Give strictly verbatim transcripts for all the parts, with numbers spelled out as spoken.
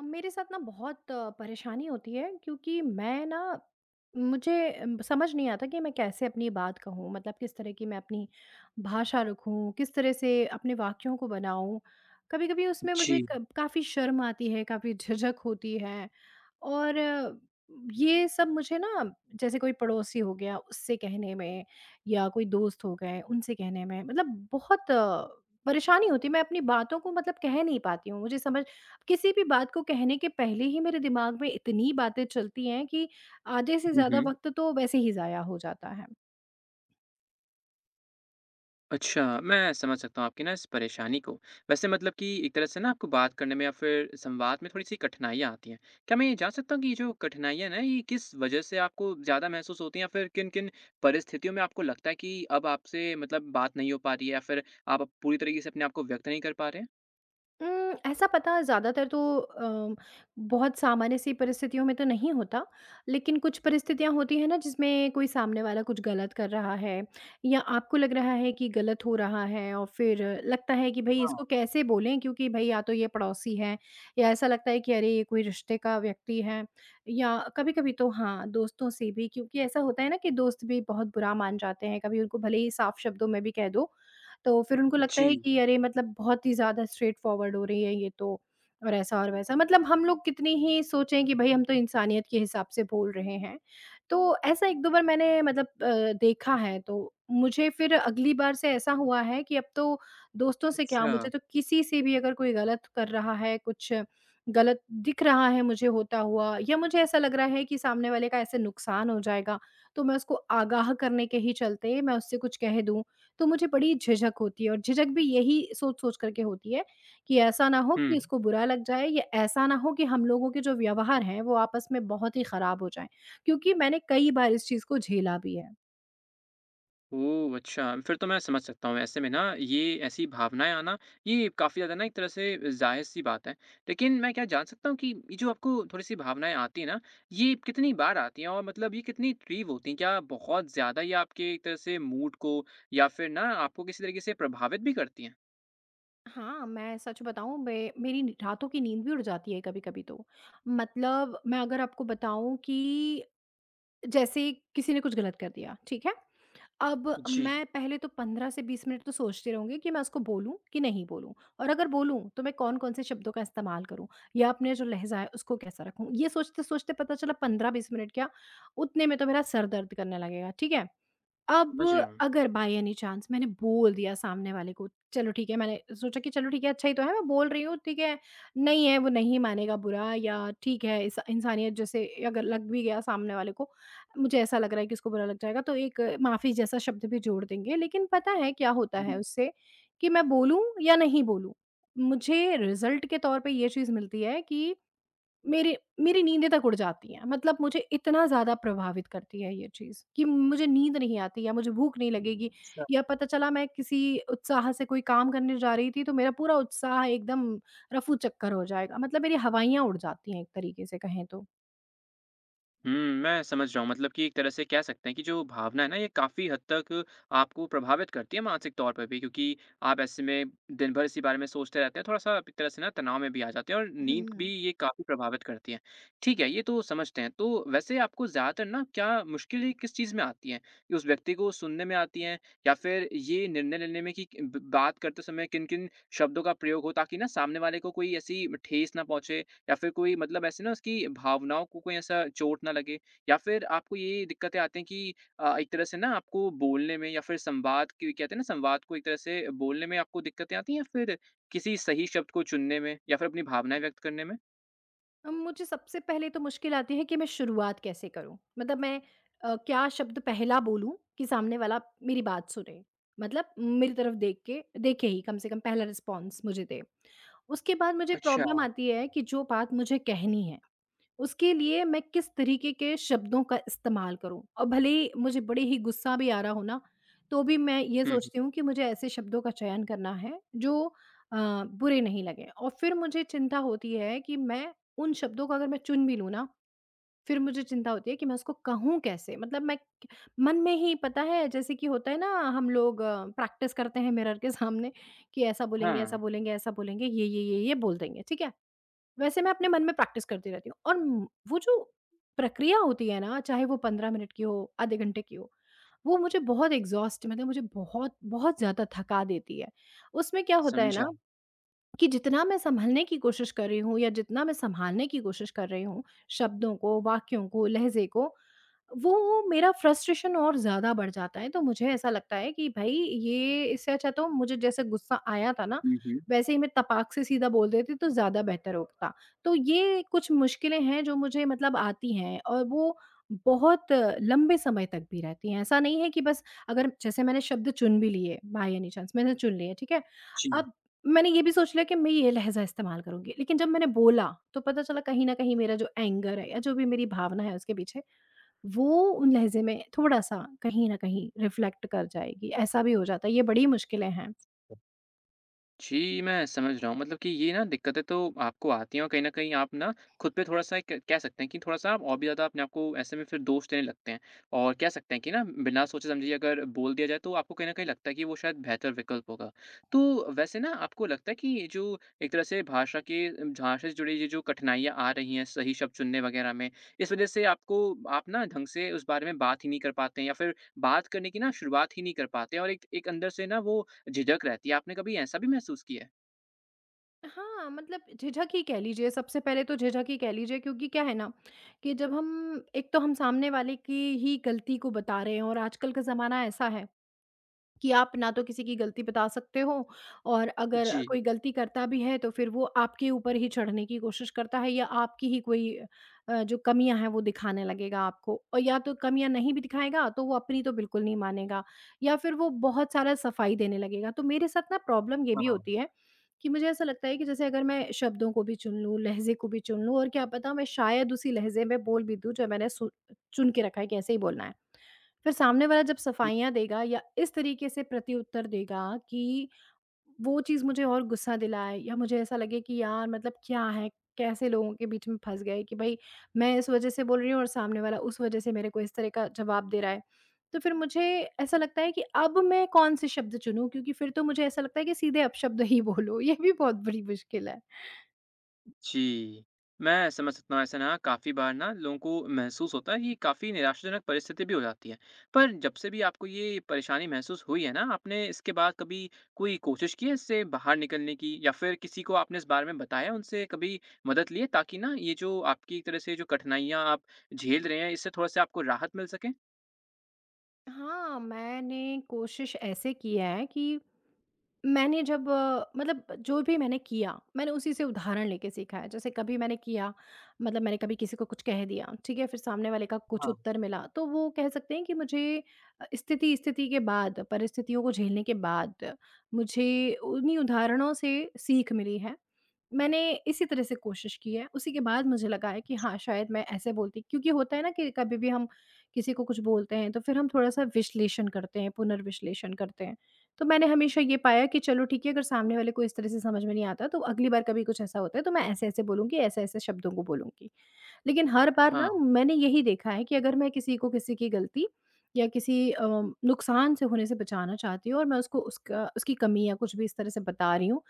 अब मेरे साथ ना बहुत अ, परेशानी होती है क्योंकि मैं ना मुझे अम, समझ नहीं आता कि मैं कैसे अपनी बात कहूँ मतलब किस तरह की मैं अपनी भाषा रखूँ किस तरह से अपने वाक्यों को बनाऊँ। कभी कभी उसमें मुझे जी। क- काफ़ी शर्म आती है, काफ़ी झिझक होती है। और अ, ये सब मुझे ना, जैसे कोई पड़ोसी हो गया उससे कहने में या कोई दोस्त हो गए उनसे कहने में, मतलब बहुत अ, परेशानी होती है। मैं अपनी बातों को मतलब कह नहीं पाती हूँ। मुझे समझ, किसी भी बात को कहने के पहले ही मेरे दिमाग में इतनी बातें चलती हैं कि आधे से हुँ, ज़्यादा हुँ। वक़्त तो वैसे ही ज़ाया हो जाता है। अच्छा, मैं समझ सकता हूँ आपकी ना इस परेशानी को। वैसे मतलब कि एक तरह से ना आपको बात करने में या फिर संवाद में थोड़ी-सी कठिनाइयाँ आती हैं। क्या मैं ये जान सकता हूँ कि ये जो कठिनाइयाँ ना ये किस वजह से आपको ज़्यादा महसूस होती हैं या फिर किन-किन परिस्थितियों में आपको लगता है कि अब आपसे मतलब बात नहीं हो पा रही है या फिर आप अब पूरी तरीके से अपने आप को व्यक्त नहीं कर पा रहे हैं? उम, ऐसा पता ज़्यादातर तो अ, बहुत सामान्य सी परिस्थितियों में तो नहीं होता, लेकिन कुछ परिस्थितियाँ होती हैं ना जिसमें कोई सामने वाला कुछ गलत कर रहा है या आपको लग रहा है कि गलत हो रहा है, और फिर लगता है कि भई हाँ। इसको कैसे बोलें क्योंकि भई या तो ये पड़ोसी है या ऐसा लगता है कि अरे ये कोई रिश्ते का व्यक्ति है, या कभी-कभी तो हाँ, दोस्तों से भी, क्योंकि ऐसा होता है ना कि दोस्त भी बहुत बुरा मान जाते हैं, कभी उनको भले ही साफ शब्दों में भी कह दो, तो फिर उनको लगता है जी, कि अरे मतलब बहुत ही ज़्यादा स्ट्रेट फॉरवर्ड हो रही है ये तो, और ऐसा और वैसा। मतलब हम लोग कितनी ही सोचें कि भई हम तो इंसानियत के हिसाब से बोल रहे हैं। तो ऐसा एक दो बार मैंने मतलब अ, देखा है, तो मुझे फिर अगली बार से ऐसा हुआ है कि अब तो दोस्तों से क्या, अच्छा। मुझे तो किसी से भी अगर कोई गलत कर रहा है, कुछ गलत दिख रहा है मुझे होता हुआ, या मुझे ऐसा लग रहा है कि सामने वाले का ऐसे नुकसान हो जाएगा, तो मैं उसको आगाह करने के ही चलते मैं उससे कुछ कह दूँ, तो मुझे बड़ी झिझक होती है। और झिझक भी यही सोच-सोच करके होती है कि ऐसा ना हो हुँ। कि इसको बुरा लग जाए, या ऐसा ना हो कि हम लोगों के जो व्यवहार हैं, वो आपस में बहुत ही खराब हो जाएँ। क्योंकि मैंने कई बार इस चीज़ को झेला भी है। ओह! अच्छा, फिर तो मैं समझ सकता हूँ। ऐसे में ना ये ऐसी भावनाएँ आना ये काफ़ी ज़्यादा ना एक तरह से ज़ाहिर-सी बात है। लेकिन मैं क्या जान सकता हूँ कि ये जो आपको थोड़ी-सी भावनाएँ आती हैं ना, ये कितनी बार आती हैं और मतलब ये कितनी तीव्र होती हैं? क्या बहुत ज़्यादा ये आपके एक तरह से मूड को या फिर ना आपको किसी तरीके से प्रभावित भी करती हैं? हाँ, मैं सच बताऊँ, मैं मेरी नि रातों की नींद भी उड़ जाती है कभी-कभी तो। मतलब मैं अगर आपको बताऊँ कि जैसे किसी ने कुछ गलत कर दिया, ठीक है? अब जी, मैं पहले तो पंद्रह से बीस मिनट तो सोचती रहूँगी कि मैं उसको बोलूँ कि नहीं बोलूँ, और अगर बोलूँ तो मैं कौन-कौन से शब्दों का इस्तेमाल करूँ या अपने जो लहज़ा है उसको कैसा रखूँ। ये सोचते-सोचते पता चला पंद्रह बीस मिनट क्या, उतने में तो मेरा सर दर्द करने लगेगा, ठीक है? अब समझ रहा हूँ। अगर बाय एनी चांस मैंने बोल दिया सामने वाले को, चलो ठीक है, मैंने सोचा कि चलो ठीक है, अच्छा ही तो है, मैं बोल रही हूँ, ठीक है, नहीं है, वो नहीं मानेगा बुरा, या ठीक है, इस इंसानियत जैसे अगर लग भी गया सामने वाले को, मुझे ऐसा लग रहा है कि इसको बुरा लग जाएगा, तो एक माफ़ी जैसा शब्द भी जोड़ देंगे। लेकिन पता है क्या होता हुँ। है उससे, कि मैं बोलूँ या नहीं बोलूँ, मुझे रिज़ल्ट के तौर पे ये चीज़ मिलती है कि मेरी मेरी नींदें तक उड़ जाती हैं। मतलब मुझे इतना ज़्यादा प्रभावित करती है ये चीज़ कि मुझे नींद नहीं आती, या मुझे भूख नहीं लगेगी, स या पता चला मैं किसी उत्साह से कोई काम करने जा रही थी, तो मेरा पूरा उत्साह एकदम रफूचक्कर हो जाएगा। मतलब मेरी हवाइयाँ उड़ जाती हैं एक तरीके से कहें तो। हुँ, मैं समझ रहा हूँ मतलब कि एक तरह से कह सकते हैं कि जो भावना है ना ये काफ़ी हद तक आपको प्रभावित करती है मानसिक तौर पे भी, क्योंकि आप ऐसे में दिन भर इसी बारे में सोचते रहते हैं, थोड़ा-सा एक तरह से ना तनाव में भी आ जाते हैं और नींद भी हुँ। ये काफ़ी प्रभावित करती है। ठीक है, ये तो समझते हैं। तो वैसे आपको ज़्यादातर ना क्या मुश्किलें किस चीज़ में आती हैं? कि उस व्यक्ति को सुनने में आती हैं या फिर ये निर्णय लेने में कि ब बात करते समय किन-किन शब्दों का प्रयोग हो ताकि ना सामने वाले को कोई ऐसी ठेस ना पहुँचे, या फिर कोई मतलब ऐसे ना उसकी भावनाओं को कोई ऐसा चोट ना लगे, या फिर आपको ये दिक्कतें आती हैं कि अ, एक तरह से ना आपको बोलने में या फिर संवाद की, कहते हैं ना, संवाद को एक तरह से बोलने में आपको दिक्कतें आती हैं, या फिर किसी सही शब्द को चुनने में या फिर अपनी भावनाएँ व्यक्त करने में? अ, मुझे सबसे पहले तो मुश्किल आती है कि मैं शुरुआत कैसे करूँ? मतलब मैं अ, क्या शब्द पहला बोलूँ कि सामने वाला मेरी बात सुने? मतलब मेरी तरफ देख के, देखे ही कम से कम पहला रिस्पॉन्स मुझे दे। उसके बाद मुझे अच्छा। प्रॉब्लम आती है कि जो बात मुझे कहनी है उसके लिए मैं किस तरीके के शब्दों का इस्तेमाल करूँ, और भले ही मुझे बड़े ही गुस्सा भी आ रहा हो ना, तो भी मैं ये हुँ, हुँ। सोचती हूँ कि मुझे ऐसे शब्दों का चयन करना है जो अ, बुरे नहीं लगें। और फिर मुझे चिंता होती है कि मैं उन शब्दों को अगर मैं चुन भी लूँ ना, फिर मुझे चिंता होती है कि मैं उसको कहूँ कैसे? मतलब मैं मन में ही, पता है जैसे कि होता है ना, हम लोग प्रैक्टिस करते हैं मिरर के सामने कि ऐसा बोलेंगे, ऐसा हाँ, बोलेंगे, ऐसा बोलेंगे, ये, ये, ये, ये बोल देंगे, ठीक है? वैसे मैं अपने मन में प्रैक्टिस करती रहती हूँ, और म वो जो प्रक्रिया होती है ना, चाहे वो पंद्रह मिनट की हो, आधे घंटे की हो, वो मुझे बहुत एग्ज़ॉस्ट, मतलब मुझे बहुत, बहुत ज़्यादा थका देती है। उसमें क्या होता है समझा। ना कि जितना मैं सँभालने की कोशिश कर रही हूँ या जितना मैं सँभालने की कोशिश कर रही हूँ, शब्दों को, वाक्यों को, लहज़े को, वो मेरा फ्रस्ट्रेशन और ज़्यादा बढ़ जाता है। तो मुझे ऐसा लगता है कि भई ये, इससे अच्छा तो मुझे जैसे गुस्सा आया था ना, हुँ, हुँ। वैसे ही मैं तपाक से सीधा बोल देती तो ज़्यादा बेहतर होता। तो ये कुछ मुश्किलें हैं जो मुझे मतलब आती हैं, और वो बहुत लंबे समय तक भी रहती हैं। ऐसा नहीं है कि बस, अगर जैसे मैंने शब्द चुन भी लिए, बाय एनी चांस मैंने चुन लिए, ठीक है? जी। अब मैंने ये भी सोच लिया कि मैं ये लहज़ा इस्तेमाल करूँगी, लेकिन जब मैंने बोला, तो पता चला कहीं न कहीं मेरा जो एंगर है या जो भी मेरी भावना है उसके पीछे, वो उन लहज़े में थोड़ा-सा कहीं न कहीं रिफ्लेक्ट कर जाएगी, ऐसा भी हो जाता है, ये बड़ी मुश्किलें हैं। जी, मैं समझ रहा हूँ। मतलब कि ये ना दिक्कतें तो आपको आती हैं और कहीं न कहीं आप ना खुद पे थोड़ा-सा, एक कह सकते हैं कि थोड़ा-सा आप और भी ज़्यादा अपने आप को ऐसे में फिर दोष देने लगते हैं। और कह सकते हैं कि ना, बिना सोचे-समझे अगर बोल दिया जाए, तो आपको कहीं न कहीं लगता है कि वो शायद बेहतर विकल्प होगा। तो वैसे ना आपको लगता है कि ये जो एक तरह से भाषा के भाषा से जुड़ी ये जो कठिनाइयाँ आ रही हैं सही शब्द चुनने वग़ैरह में, इस वज़ह से आपको, आप ना ढंग से उस बारे में बात ही नहीं कर पाते हैं या फिर बात करने की ना शुरुआत ही नहीं कर पाते हैं, और एक एक अंदर से ना वो झिझक रहती है, आपने कभी ऐसा भी महसूस किया है? हाँ, मतलब झिझक ही कह लीजिए, सबसे पहले तो झिझक ही कह लीजिए, क्योंकि क्या है ना, कि जब हम, एक तो हम सामने वाले की ही गलती को बता रहे हैं, और आजकल का ज़माना ऐसा है कि आप ना तो किसी की गलती बता सकते हो, और अगर जी। कोई गलती करता भी है तो फिर वो आपके ऊपर ही चढ़ने की कोशिश करता है या आपकी ही कोई अ, जो कमियां हैं वो दिखाने लगेगा आपको, और या तो कमियां नहीं भी दिखाएगा तो वो अपनी तो बिल्कुल नहीं मानेगा, या फिर वो बहुत सारा सफाई देने लगेगा। तो मेरे साथ ना प्रॉब्लम ये भी हाँ, होती है कि मुझे ऐसा लगता है कि जैसे अगर मैं शब्दों को भी चुन लूँ, लहजे को भी चुन लूँ, और क्या पता मैं शायद उसी लहजे में बोल भी दूँ जो मैंने सु- चुन के रखा है कि ऐसे ही बोलना है, फिर सामने वाला जब सफाइयाँ देगा या इस तरीके से प्रत्युत्तर देगा कि वो चीज़ मुझे और गुस्सा दिलाए, या मुझे ऐसा लगे कि यार मतलब क्या है, कैसे लोगों के बीच में फँस गए कि भई मैं इस वज़ह से बोल रही हूँ और सामने वाला उस वज़ह से मेरे को इस तरह का जवाब दे रहा है। तो फिर मुझे ऐसा लगता है कि अब मैं कौन-से शब्द चुनूँ, क्योंकि फिर तो मुझे ऐसा लगता है कि सीधे अपशब्द ही बोलो, ये भी बहुत बड़ी मुश्किल है। जी। मैं समझ सकता हूँ, ऐसा ना काफ़ी बार ना लोगों को महसूस होता है कि काफ़ी निराशाजनक परिस्थिति भी हो जाती है। पर जब से भी आपको ये परेशानी महसूस हुई है ना, आपने इसके बाद कभी कोई कोशिश की है इससे बाहर निकलने की या फिर किसी को आपने इस बारे में बताया, उनसे कभी मदद ली है, ताकि ना ये जो आपकी एक तरह से जो कठिनाइयाँ आप झेल रहे हैं इससे थोड़ा-सा आपको राहत मिल सके? हाँ, मैंने कोशिश ऐसे की है कि मैंने जब अ, मतलब जो भी मैंने किया, मैंने उसी से उदाहरण लेके सीखा है। जैसे कभी मैंने किया, मतलब मैंने कभी किसी को कुछ कह दिया, ठीक है? फिर सामने वाले का कुछ हाँ। उत्तर मिला, तो वो कह सकते हैं कि मुझे अ, स्थिति स्थिति के बाद, परिस्थितियों को झेलने के बाद मुझे उन्हीं उदाहरणों से सीख मिली है। मैंने इसी तरह से कोशिश की है, उसी के बाद मुझे लगा है कि हाँ, शायद मैं ऐसे बोलती, क्योंकि होता है ना कि कभी भी हम किसी को कुछ बोलते हैं, तो फिर हम थोड़ा-सा विश्लेषण करते हैं, पुनर्विश्लेषण करते हैं। तो मैंने हमेशा ये पाया कि चलो ठीक है, अगर सामने वाले को इस तरह से समझ में नहीं आता, तो अगली बार कभी कुछ ऐसा होता है, तो मैं ऐसे-ऐसे बोलूँगी, ऐसे-ऐसे शब्दों को बोलूँगी। लेकिन हर बार ना मैंने यही देखा है कि अगर मैं किसी को किसी की गलती या किसी अ, नुकसान से होने से बचाना चाहती हूँ और मैं उसको उसका, उसकी कमी या कुछ भी इस तरह से बता रही हूँ,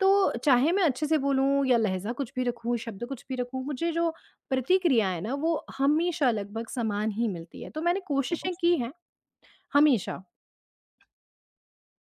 तो चाहे मैं अच्छे से बोलूँ या लहज़ा कुछ भी रखूँ, शब्द कुछ भी रखूँ, मुझे जो प्रतिक्रिया है ना, वो हमेशा लगभग समान ही मिलती है। तो मैंने हाँ। कोशिशें की हैं, हमेशा।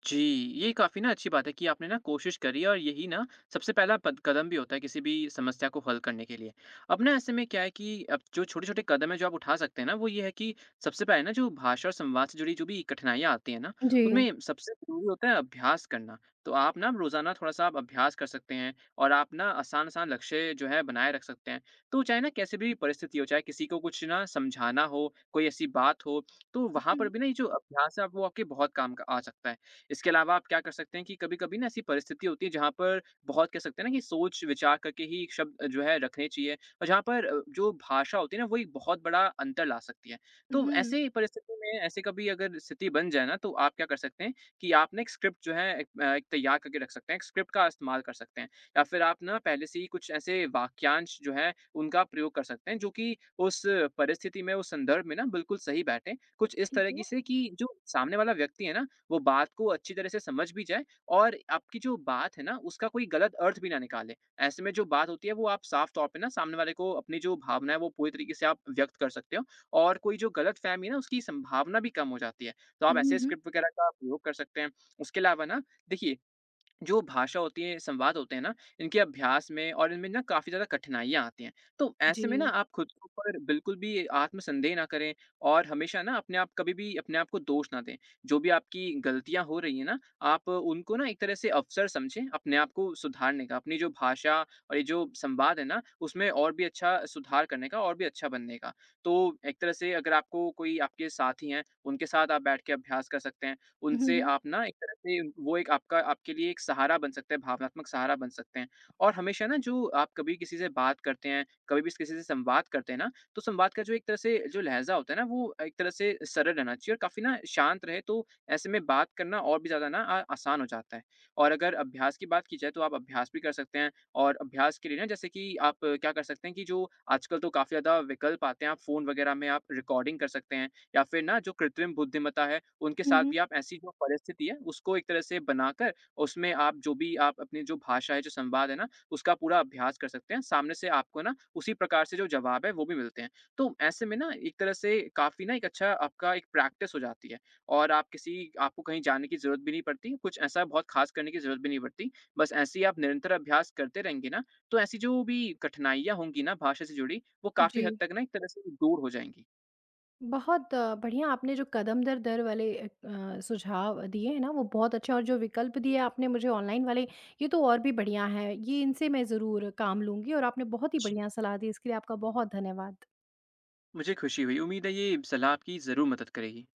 जी, ये काफ़ी ना अच्छी बात है कि आपने ना कोशिश करी, और यही ना सबसे पहला पद कदम भी होता है किसी भी समस्या को हल करने के लिए। अब ना ऐसे में क्या है कि अब जो छोटे-छोटे कदम हैं जो आप उठा सकते हैं ना, वो ये है कि सबसे पहले ना जो भाषा और संवाद से जुड़ी जो भी कठिनाइयाँ आती हैं ना, जी। उनमें सबसे ज़रूरी होता है अभ्यास करना। तो आप ना रोज़ाना थोड़ा-सा आप अभ्यास कर सकते हैं, और आप ना आसान-आसान लक्ष्य जो है बनाए रख सकते हैं। तो चाहे ना कैसी भी परिस्थिति हो, चाहे किसी को कुछ ना समझाना हो, कोई ऐसी बात हो, तो वहाँ पर हुँ, भी ना ये जो अभ्यास है आप- वो आपके बहुत काम का आ सकता है। इसके अलावा आप क्या कर सकते हैं कि कभी-कभी ना ऐसी परिस्थिति होती है जहाँ पर बहुत, कह सकते हैं ना, कि सोच-विचार करके ही शब्द जो है रखने चाहिए, और जहाँ पर अ, जो भाषा होती है ना वो एक बहुत बड़ा अंतर ला सकती है। तो हुँ। ऐसी परिस्थिति में, ऐसे कभी अगर स्थिति बन जाए ना, तो आप क्या कर सकते हैं कि आप ना एक स्क्रिप्ट जो है एक अ, एक तैयार करके रख सकते हैं, एक स्क्रिप्ट का इस्तेमाल कर सकते हैं, या फिर आप ना पहले से ही कुछ ऐसे वाक्यांश जो हैं उनका प्रयोग कर सकते हैं, जो कि उस परिस्थिति में, उस संदर्भ में ना बिल्कुल सही बैठे। कुछ इस ठीक है। तरीके से कि जो सामने वाला व्यक्ति है ना, वो बात को अच्छी तरह से समझ भी जाए और आपकी जो बात है ना, उसका कोई गलत अर्थ भी ना निकाले। ऐसे में जो बात होती है, वो आप साफ तौर पे ना सामने वाले को अपनी जो भावना है, वो पूरी तरीके से आप व्यक्त कर सकते हो, और कोई जो गलतफ़हमी है ना, उसकी संभावना भी कम हो जाती है। तो आप हुँ, ऐसे हुँ। स्क्रिप्ट वगैरह का प्रयोग कर सकते हैं। उसके अलावा ना, देखिए, जो भाषा होती है, संवाद होते हैं ना, इनके अभ्यास में और इनमें ना काफ़ी ज़्यादा कठिनाइयाँ आती हैं। तो ऐसे में ना जी। आप खुद के ऊपर बिल्कुल भी आत्मसंदेह ना करें, और हमेशा ना अपने आप, कभी भी अपने आप को दोष ना दें। जो भी आपकी गलतियाँ हो रही हैं ना, आप उनको ना एक तरह से अवसर समझें अपने आप को सुधारने का, अपनी जो भाषा और ये जो संवाद है ना, उसमें और भी अच्छा सुधार करने का, और भी अच्छा बनने का। तो एक तरह से अगर आपको कोई आपके साथी हैं, उनके साथ आप बैठ के अभ्यास कर सकते हैं। हुँ, उनसे हुँ। आप ना एक तरह से, वो एक आपका, आपके लिए एक सहारा बन सकता है, भावनात्मक सहारा बन सकते हैं। और हमेशा ना, जो आप कभी किसी से बात करते हैं, कभी भी किसी से संवाद करते हैं ना, तो संवाद का जो एक तरह से जो लहज़ा होता है ना, वो एक तरह से सरल रहना चाहिए और काफ़ी ना शांत रहे, तो ऐसे में बात करना और भी ज़्यादा ना आ आसान हो जाता है। और अगर अभ्यास की बात की जाए, तो आप अभ्यास भी कर सकते हैं, और अभ्यास के लिए ना, जैसे कि आप क्या कर सकते हैं कि जो आजकल तो काफ़ी ज़्यादा विकल्प आते हैं, आप फ़ोन वगैरह में आप रिकॉर्डिंग कर सकते हैं, या फिर ना जो कृत्रिम बुद्धिमत्ता है, उनके हुँ, साथ हुँ। भी आप ऐसी जो परिस्थिति है, उसको एक तरह से बनाकर उसमें आप जो भी, आप अपनी जो भाषा है, जो संवाद है ना, उसका पूरा अभ्यास कर सकते हैं। सामने से आपको ना उसी प्रकार से जो जवाब है, वो भी मिलते हैं। तो ऐसे में ना एक तरह से काफ़ी ना एक अच्छा आपका एक प्रैक्टिस हो जाती है, और आप किसी, आपको कहीं जाने की ज़रूरत भी नहीं पड़ती, कुछ ऐसा बहुत ख़ास करने की ज़रूरत भी नहीं पड़ती। बस ऐसे ही आप निरंतर अभ्यास करते रहेंगे ना, तो ऐसी जो भी कठिनाइयाँ होंगी ना भाषा से जुड़ी, वो काफ़ी जी। हद तक ना एक तरह से दूर हो जाएँगी। बहुत अ, बढ़िया आपने जो कदम दर दर वाले अ अ, सुझाव दिए हैं ना, वो बहुत अच्छे, और जो विकल्प दिए आपने मुझे ऑनलाइन वाले, ये तो और भी बढ़िया हैं। ये, इनसे मैं ज़रूर काम लूँगी, और आपने बहुत ही बढ़िया सलाह दी, इसके लिए आपका बहुत धन्यवाद। मुझे खुशी हुई। उम्मीद है ये सलाह आपकी ज़रूर मदद करेगी।